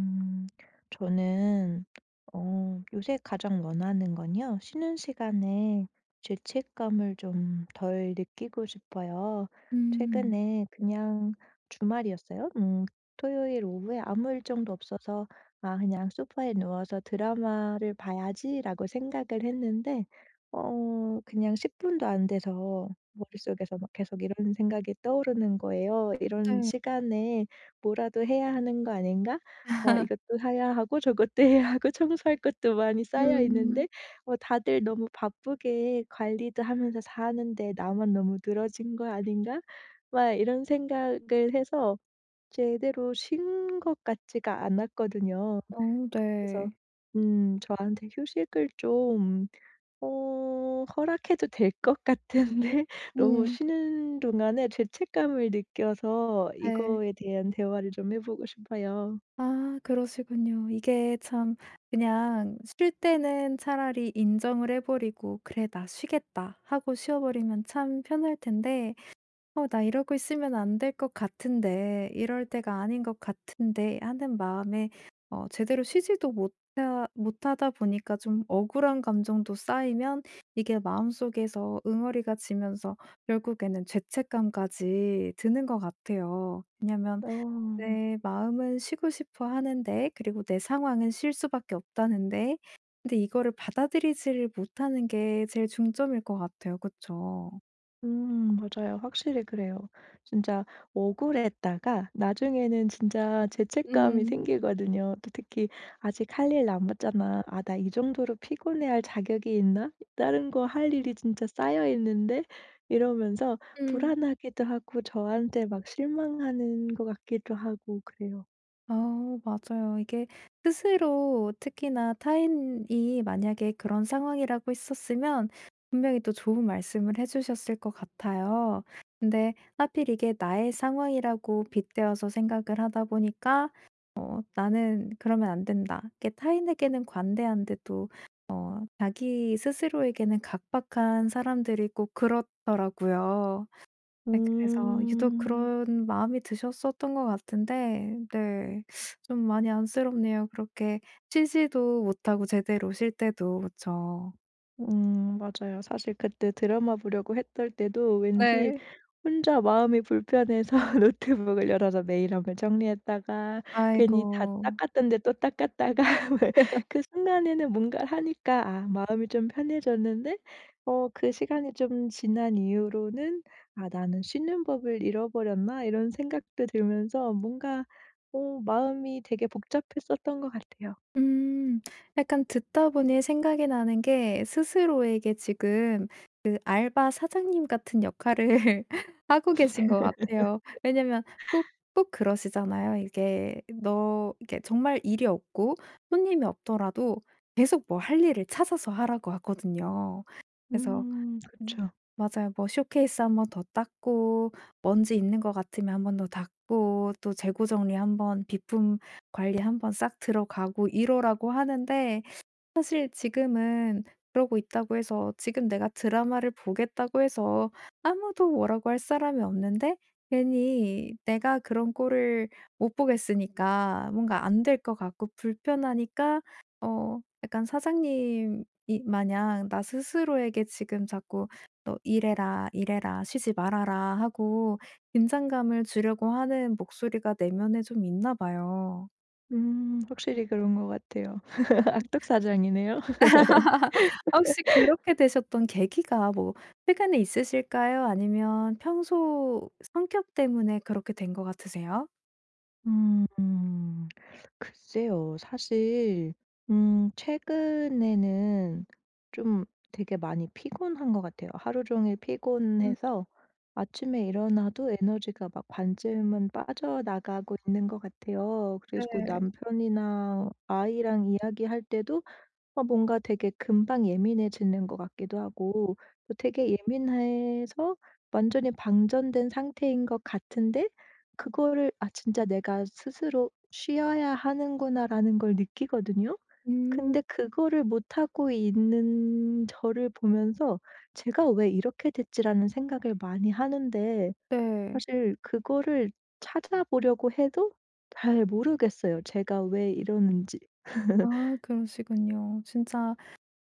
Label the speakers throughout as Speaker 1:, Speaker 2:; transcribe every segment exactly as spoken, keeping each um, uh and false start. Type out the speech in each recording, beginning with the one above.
Speaker 1: 음, 저는 어, 요새 가장 원하는 건요. 쉬는 시간에 죄책감을 좀 덜 느끼고 싶어요.
Speaker 2: 음.
Speaker 1: 최근에 그냥 주말이었어요. 음, 토요일 오후에 아무 일정도 없어서 아, 그냥 소파에 누워서 드라마를 봐야지라고 생각을 했는데 어, 그냥 십 분도 안 돼서 머릿속에서 막 계속 이런 생각이 떠오르는 거예요. 이런
Speaker 2: 네.
Speaker 1: 시간에 뭐라도 해야 하는 거 아닌가? 어 이것도 사야 하고 저것도 해야 하고 청소할 것도 많이 쌓여
Speaker 2: 음.
Speaker 1: 있는데 어 다들 너무 바쁘게 관리도 하면서 사는데 나만 너무 늘어진 거 아닌가? 막 이런 생각을 해서 제대로 쉰 것 같지가 않았거든요.
Speaker 2: 어
Speaker 1: 그래서
Speaker 2: 네.
Speaker 1: 음 저한테 휴식을 좀 어 허락해도 될 것 같은데 너무
Speaker 2: 음.
Speaker 1: 쉬는 동안에 죄책감을 느껴서
Speaker 2: 네.
Speaker 1: 이거에 대한 대화를 좀 해 보고 싶어요.
Speaker 2: 아 그러시군요. 이게 참, 그냥 쉴 때는 차라리 인정을 해 버리고 '그래, 나 쉬겠다.' 하고 쉬어 버리면 참 편할 텐데, '어 나 이러고 있으면 안 될 것 같은데. 이럴 때가 아닌 것 같은데.' 하는 마음에 어 제대로 쉬지도 못하 못하다 보니까 좀 억울한 감정도 쌓이면, 이게 마음속에서 응어리가 지면서 결국에는 죄책감까지 드는 것 같아요. 왜냐면
Speaker 1: 어.
Speaker 2: 내 마음은 쉬고 싶어 하는데, 그리고 내 상황은 쉴 수밖에 없다는데 근데 이거를 받아들이지를 못하는 게 제일 중점일 것 같아요. 그쵸?
Speaker 1: 음 맞아요. 확실히 그래요. 진짜 억울했다가 나중에는 진짜 죄책감이
Speaker 2: 음.
Speaker 1: 생기거든요. 또 특히 '아직 할 일 남았잖아. 아 나 이 정도로 피곤해할 자격이 있나? 다른 거 할 일이 진짜 쌓여 있는데.' 이러면서
Speaker 2: 음.
Speaker 1: 불안하기도 하고 저한테 막 실망하는 것 같기도 하고 그래요.
Speaker 2: 어 맞아요. 이게 스스로, 특히나 타인이 만약에 그런 상황이라고 했었으면 분명히 또 좋은 말씀을 해 주셨을 것 같아요. 근데 하필 이게 나의 상황이라고 빗대어서 생각을 하다 보니까 어 '나는 그러면 안 된다.' 이게 타인에게는 관대한데 도 자기 스스로에게는 각박한 사람들이 꼭 그렇더라고요. 네, 그래서 유독
Speaker 1: 음.
Speaker 2: 그런 마음이 드셨었던 것 같은데, 네, 좀 많이 안쓰럽네요. 그렇게 쉬지도 못하고 제대로 쉴 때도, 그쵸.
Speaker 1: 음 맞아요. 사실 그때 드라마 보려고 했던 때도 왠지
Speaker 2: 네.
Speaker 1: 혼자 마음이 불편해서 노트북을 열어서 메일 한번 정리했다가 괜히 다
Speaker 2: 아이고.
Speaker 1: 닦았던데 또 닦았다가 그 순간에는 뭔가를 하니까 아 마음이 좀 편해졌는데 어 그 시간이 좀 지난 이후로는 '아 나는 쉬는 법을 잃어버렸나?' 이런 생각도 들면서 뭔가 어 마음이 되게 복잡했었던 것 같아요.
Speaker 2: 음. 약간 듣다 보니 생각이 나는 게, 스스로에게 지금 그 알바 사장님 같은 역할을 하고 계신 것 같아요. 왜냐면 꼭, 꼭 그러시잖아요. 이게 너, 이게 정말 일이 없고 손님이 없더라도 계속 뭐 할 일을 찾아서 하라고 하거든요. 그래서.
Speaker 1: 음
Speaker 2: 음.
Speaker 1: 그쵸.
Speaker 2: 맞아요. 뭐 쇼케이스 한번 더 닦고, 먼지 있는 것 같으면 한번 더 닦고, 또 재고 정리 한번, 비품 관리 한번 싹 들어가고, 이러라고 하는데 사실 지금은 그러고 있다고 해서, 지금 내가 드라마를 보겠다고 해서 아무도 뭐라고 할 사람이 없는데, 괜히 내가 그런 꼴을 못 보겠으니까 뭔가 안 될 것 같고 불편하니까 어 약간 사장님이 마냥 나 스스로에게 지금 자꾸 "너 일해라, 일해라. 쉬지 말아라." 하고 긴장감을 주려고 하는 목소리가 내면에 좀 있나 봐요.
Speaker 1: 음 확실히 그런 것 같아요. 악덕 사장이네요.
Speaker 2: 아, 혹시 그렇게 되셨던 계기가 뭐 최근에 있으실까요? 아니면 평소 성격 때문에 그렇게 된 것 같으세요?
Speaker 1: 음. 글쎄요. 사실 음 최근에는 좀 되게 많이 피곤한 것 같아요. 하루 종일
Speaker 2: 음
Speaker 1: 피곤해서 아침에 일어나도 에너지가 막 반쯤은 빠져나가고 있는 것 같아요. 그리고
Speaker 2: 네.
Speaker 1: 남편이랑 아이랑 이야기할 때도 어 뭔가 되게 금방 예민해지는 것 같기도 하고 또 되게 예민해서 완전히 방전된 상태인 것 같은데 그거를 '아 진짜 내가 스스로 쉬어야 하는구나.'라는 걸 느끼거든요.
Speaker 2: 음
Speaker 1: 근데 그거를 못하고 있는 저를 보면서 '제가 왜 이렇게 됐지?'라는 생각을 많이 하는데
Speaker 2: 네.
Speaker 1: 사실 그거를 찾아보려고 해도 잘 모르겠어요, 제가 왜 이러는지.
Speaker 2: 아 그러시군요. 진짜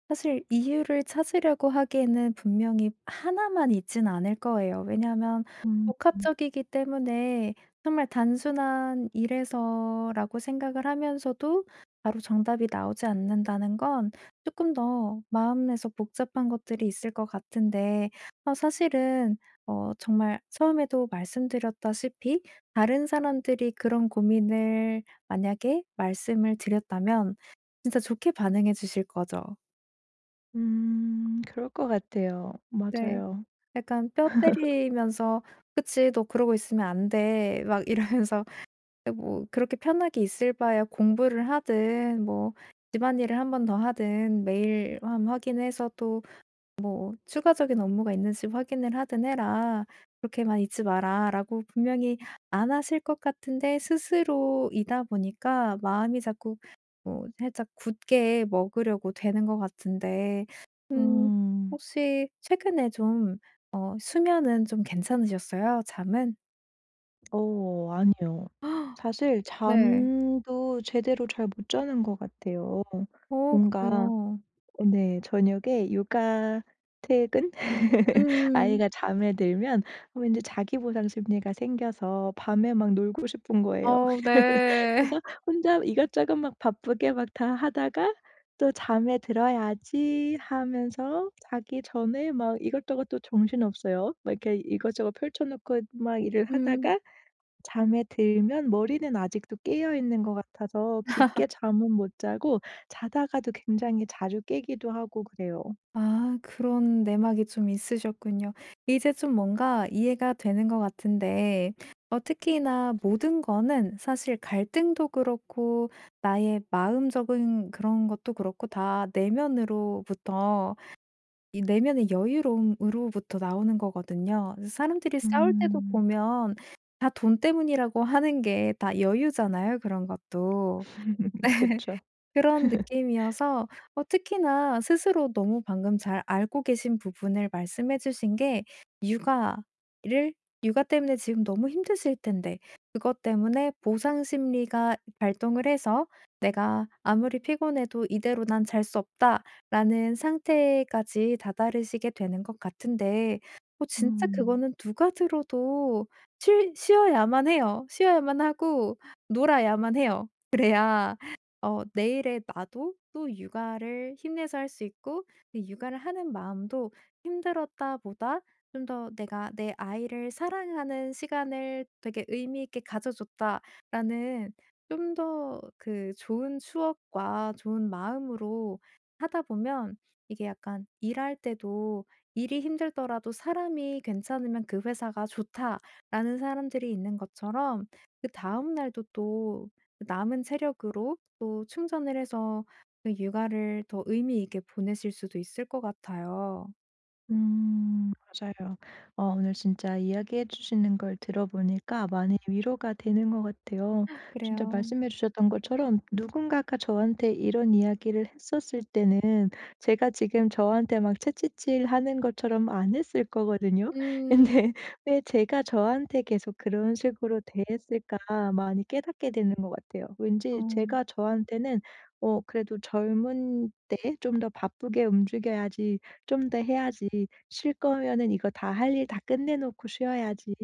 Speaker 2: 사실 이유를 찾으려고 하기에는 분명히 하나만 있진 않을 거예요. 왜냐하면
Speaker 1: 음.
Speaker 2: 복합적이기 때문에, 정말 단순한 "이래서"라고 생각을 하면서도 바로 정답이 나오지 않는다는 건 조금 더 마음에서 복잡한 것들이 있을 것 같은데, 어 사실은 어 정말 처음에도 말씀드렸다시피, 다른 사람들이 그런 고민을 만약에 말씀을 드렸다면 진짜 좋게 반응해 주실 거죠.
Speaker 1: 음. 그럴 것 같아요.
Speaker 2: 네.
Speaker 1: 맞아요.
Speaker 2: 약간 뼈 때리면서 "그치. 너 그러고 있으면 안 돼." 막 이러면서 예, 뭐 그렇게 편하게 있을 바에야 공부를 하든, 뭐 집안일을 한 번 더 하든, 매일 함 확인해서 또 "추가적인 업무가 있는지 확인을 하든 해라. 그렇게만 있지 마라."라고 분명히 안 하실 것 같은데, 스스로이다 보니까 마음이 자꾸 뭐 살짝 굳게 먹으려고 되는 것 같은데. 음.
Speaker 1: 음.
Speaker 2: 혹시 최근에 좀 어 수면은 좀 괜찮으셨어요? 잠은?
Speaker 1: 어 아니요. 사실
Speaker 2: 네.
Speaker 1: 잠도 제대로 잘 못 자는 것 같아요.
Speaker 2: 어
Speaker 1: 뭔가
Speaker 2: 그래요.
Speaker 1: 어 네. 저녁에 육아 퇴근
Speaker 2: 음.
Speaker 1: 아이가 잠에 들면 어 왠지 자기 보상 심리가 생겨서 밤에 막 놀고 싶은 거예요.
Speaker 2: 어 네.
Speaker 1: 그래서 혼자 이것저것 막 바쁘게 막 다 하다가 또 '잠에 들어야지.' 하면서 자기 전에 막 이것저것 또 정신없어요. 막 이렇게 이것저것 펼쳐 놓고 막 일을
Speaker 2: 음.
Speaker 1: 하다가 잠에 들면 머리는 아직도 깨어 있는 것 같아서 깊게 잠은 못 자고 자다가도 굉장히 자주 깨기도 하고 그래요.
Speaker 2: 아, 그런 내막이 좀 있으셨군요. 이제 좀 뭔가 이해가 되는 것 같은데, 어 특히나 모든 거는 사실 갈등도 그렇고, 나의 마음적인 그런 것도 그렇고, 다 내면으로부터, 이 내면의 여유로움으로부터 나오는 거거든요. 그래서 사람들이 싸울 때도
Speaker 1: 음.
Speaker 2: 보면 다 돈 때문이라고 하는 게 다 여유잖아요, 그런 것도. 네.
Speaker 1: 그쵸.
Speaker 2: 그런 느낌이어서 어 특히나 스스로 너무 방금 잘 알고 계신 부분을 말씀해 주신 게, 육아를 육아 때문에 지금 너무 힘드실 텐데 그것 때문에 보상 심리가 발동을 해서 '내가 아무리 피곤해도 이대로 난 잘 수 없다.'라는 상태까지 다다르시게 되는 것 같은데, 어 진짜
Speaker 1: 음.
Speaker 2: 그거는 누가 들어도 쉬, 쉬어야만 해요. 쉬어야만 하고 놀아야만 해요. 그래야 어 내일의 나도 또 육아를 힘내서 할 수 있고, 그 육아를 하는 마음도, 힘들었다보다 좀 더 '내가 내 아이를 사랑하는 시간을 되게 의미 있게 가져 줬다.'라는, 좀 더 그 좋은 추억과 좋은 마음으로 하다 보면, 이게 약간 일할 때도 '일이 힘들더라도 사람이 괜찮으면 그 회사가 좋다.'라는 사람들이 있는 것처럼, 그다음 날도 또 그 남은 체력으로 또 충전을 해서 그 육아를 더 의미 있게 보내실 수도 있을 것 같아요.
Speaker 1: 음 맞아요. 어 오늘 진짜 이야기해 주시는 걸 들어보니까 많이 위로가 되는 것 같아요. 진짜
Speaker 2: 그래요.
Speaker 1: 말씀해 주셨던 것처럼 누군가가 저한테 이런 이야기를 했었을 때는 제가 지금 저한테 막 채찍질하는 것처럼 안 했을 거거든요.
Speaker 2: 음.
Speaker 1: 근데 왜 제가 저한테 계속 그런 식으로 대했을까 많이 깨닫게 되는 것 같아요.
Speaker 2: 어.
Speaker 1: 왠지 제가 저한테는 '어 그래도 젊은 때 좀 더 바쁘게 움직여야지.' 좀 더 해야지. 쉴 거면은 이거 다 할 일 다 끝내 놓고 쉬어야지.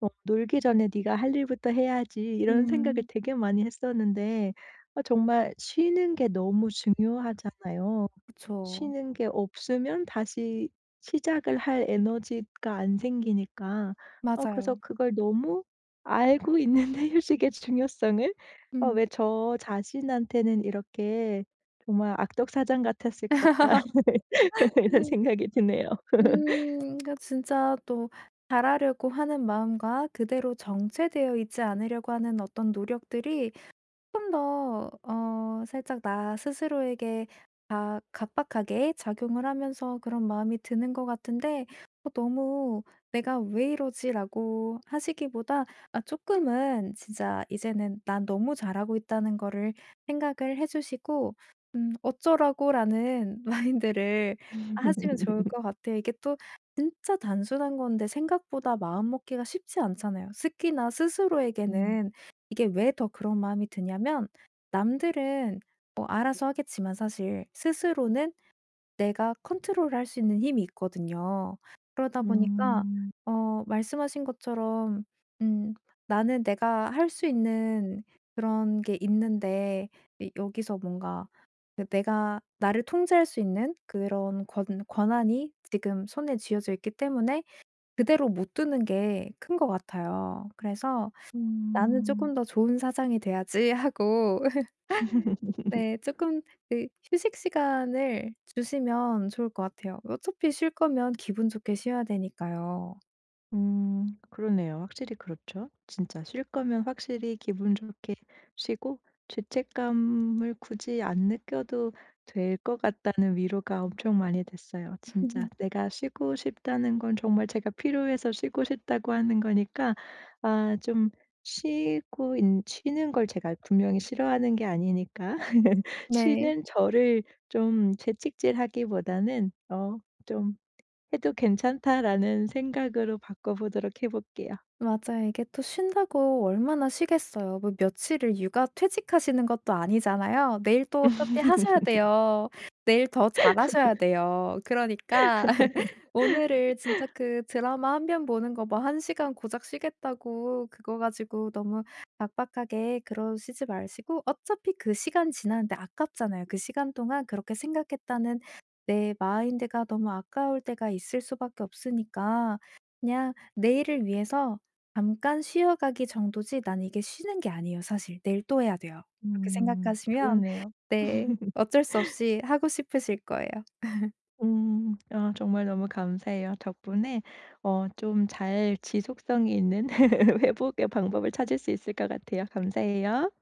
Speaker 1: 뭐 놀기 전에 네가 할 일부터 해야지." 이런 생각을
Speaker 2: 음.
Speaker 1: 되게 많이 했었는데 어 정말 쉬는 게 너무 중요하잖아요.
Speaker 2: 그쵸.
Speaker 1: 쉬는 게 없으면 다시 시작을 할 에너지가 안 생기니까 어 그래서
Speaker 2: 맞아요.
Speaker 1: 그걸 너무 알고 있는데 휴식의 중요성을 어
Speaker 2: 음.
Speaker 1: 왜 저 자신한테는 이렇게 정말 '악덕사장 같았을까.' 이런 생각이 드네요.
Speaker 2: 음. 그 진짜 또 잘하려고 하는 마음과 그대로 정체되어 있지 않으려고 하는 어떤 노력들이 조금 더 어 살짝 나 스스로에게 다 각박하게 작용을 하면서 그런 마음이 드는 것 같은데, 어 너무 '내가 왜 이러지?'라고 하시기보다 아금은 진짜 이제는 '난 너무 잘하고 있다.'는 거를 생각을 해 주시고, 음 '어쩌라고.'라는 마인드를 하시면 좋을 것 같아요. 이게 또 진짜 단순한 건데 생각보다 마음 먹기가 쉽지 않잖아요. 특히나
Speaker 1: 음.
Speaker 2: 스스로에게는. 이게 왜 더 그런 마음이 드냐면, 남들은 뭐 알아서 하겠지만 사실 스스로는 내가 컨트롤할 수 있는 힘이 있거든요. 그러다 보니까
Speaker 1: 음.
Speaker 2: 어 말씀하신 것처럼 음 '나는 내가 할 수 있는 그런 게 있는데, 이 여기서 뭔가 그 내가 나를 통제할 수 있는 그런 권 권한이 지금 손에 쥐어져 있기 때문에 그대로 못 두는 게 큰 것 같아요.' 그래서 '나는
Speaker 1: 음.
Speaker 2: 쪼끔 더 좋은 사장이 돼야지.' 하고, 네 쪼끔 그 휴식 시간을 주시면 좋을 것 같아요. 어차피 쉴 거면 기분 좋게 쉬어야 되니까요.
Speaker 1: 음 그러네요. 확실히 그렇죠. 진짜 쉴 거면 확실히 기분 좋게 쉬고 죄책감을 굳이 안 느껴도 될 것 같다는 위로가 엄청 많이 됐어요. 진짜 내가 쉬고 싶다는 건 정말 제가 필요해서 쉬고 싶다고 하는 거니까 아 좀 쉬고 있 쉬는 걸 제가 분명히 싫어하는 게 아니니까
Speaker 2: 네.
Speaker 1: 쉬는 저를 좀 채찍질하기보다는 어좀 해도 괜찮다라는 생각으로 바꿔보도록 해 볼게요.
Speaker 2: 맞아요. 이게 또 쉰다고 얼마나 쉬겠어요. 뭐 며칠을 육아 퇴직하시는 것도 아니잖아요. 내일 또 어차피 하셔야 돼요. 내일 더 잘하셔야 돼요. 그러니까 오늘을 진짜 그 드라마 한편 보는 거, 뭐 한 시간 고작 쉬겠다고 그거 가지고 너무 박박하게 그러시지 마시고, 어차피 그 시간 지났는데 아깝잖아요. 그 시간 동안 그렇게 생각했다는 내 마인드가 너무 아까울 때가 있을 수밖에 없으니까, 그냥 내일을 위해서 잠깐 쉬어가기 정도지, 난 이게 쉬는 게 아니에요, 사실. '내일 또 해야 돼요.' 이렇게
Speaker 1: 음.
Speaker 2: 생각하시면
Speaker 1: 그렇네요.
Speaker 2: 네, 어쩔 수 없이 하고 싶으실 거예요.
Speaker 1: 음. 아 정말 너무 감사해요. 덕분에 어 좀 잘 지속성이 있는 회복의 방법을 찾을 수 있을 것 같아요. 감사해요.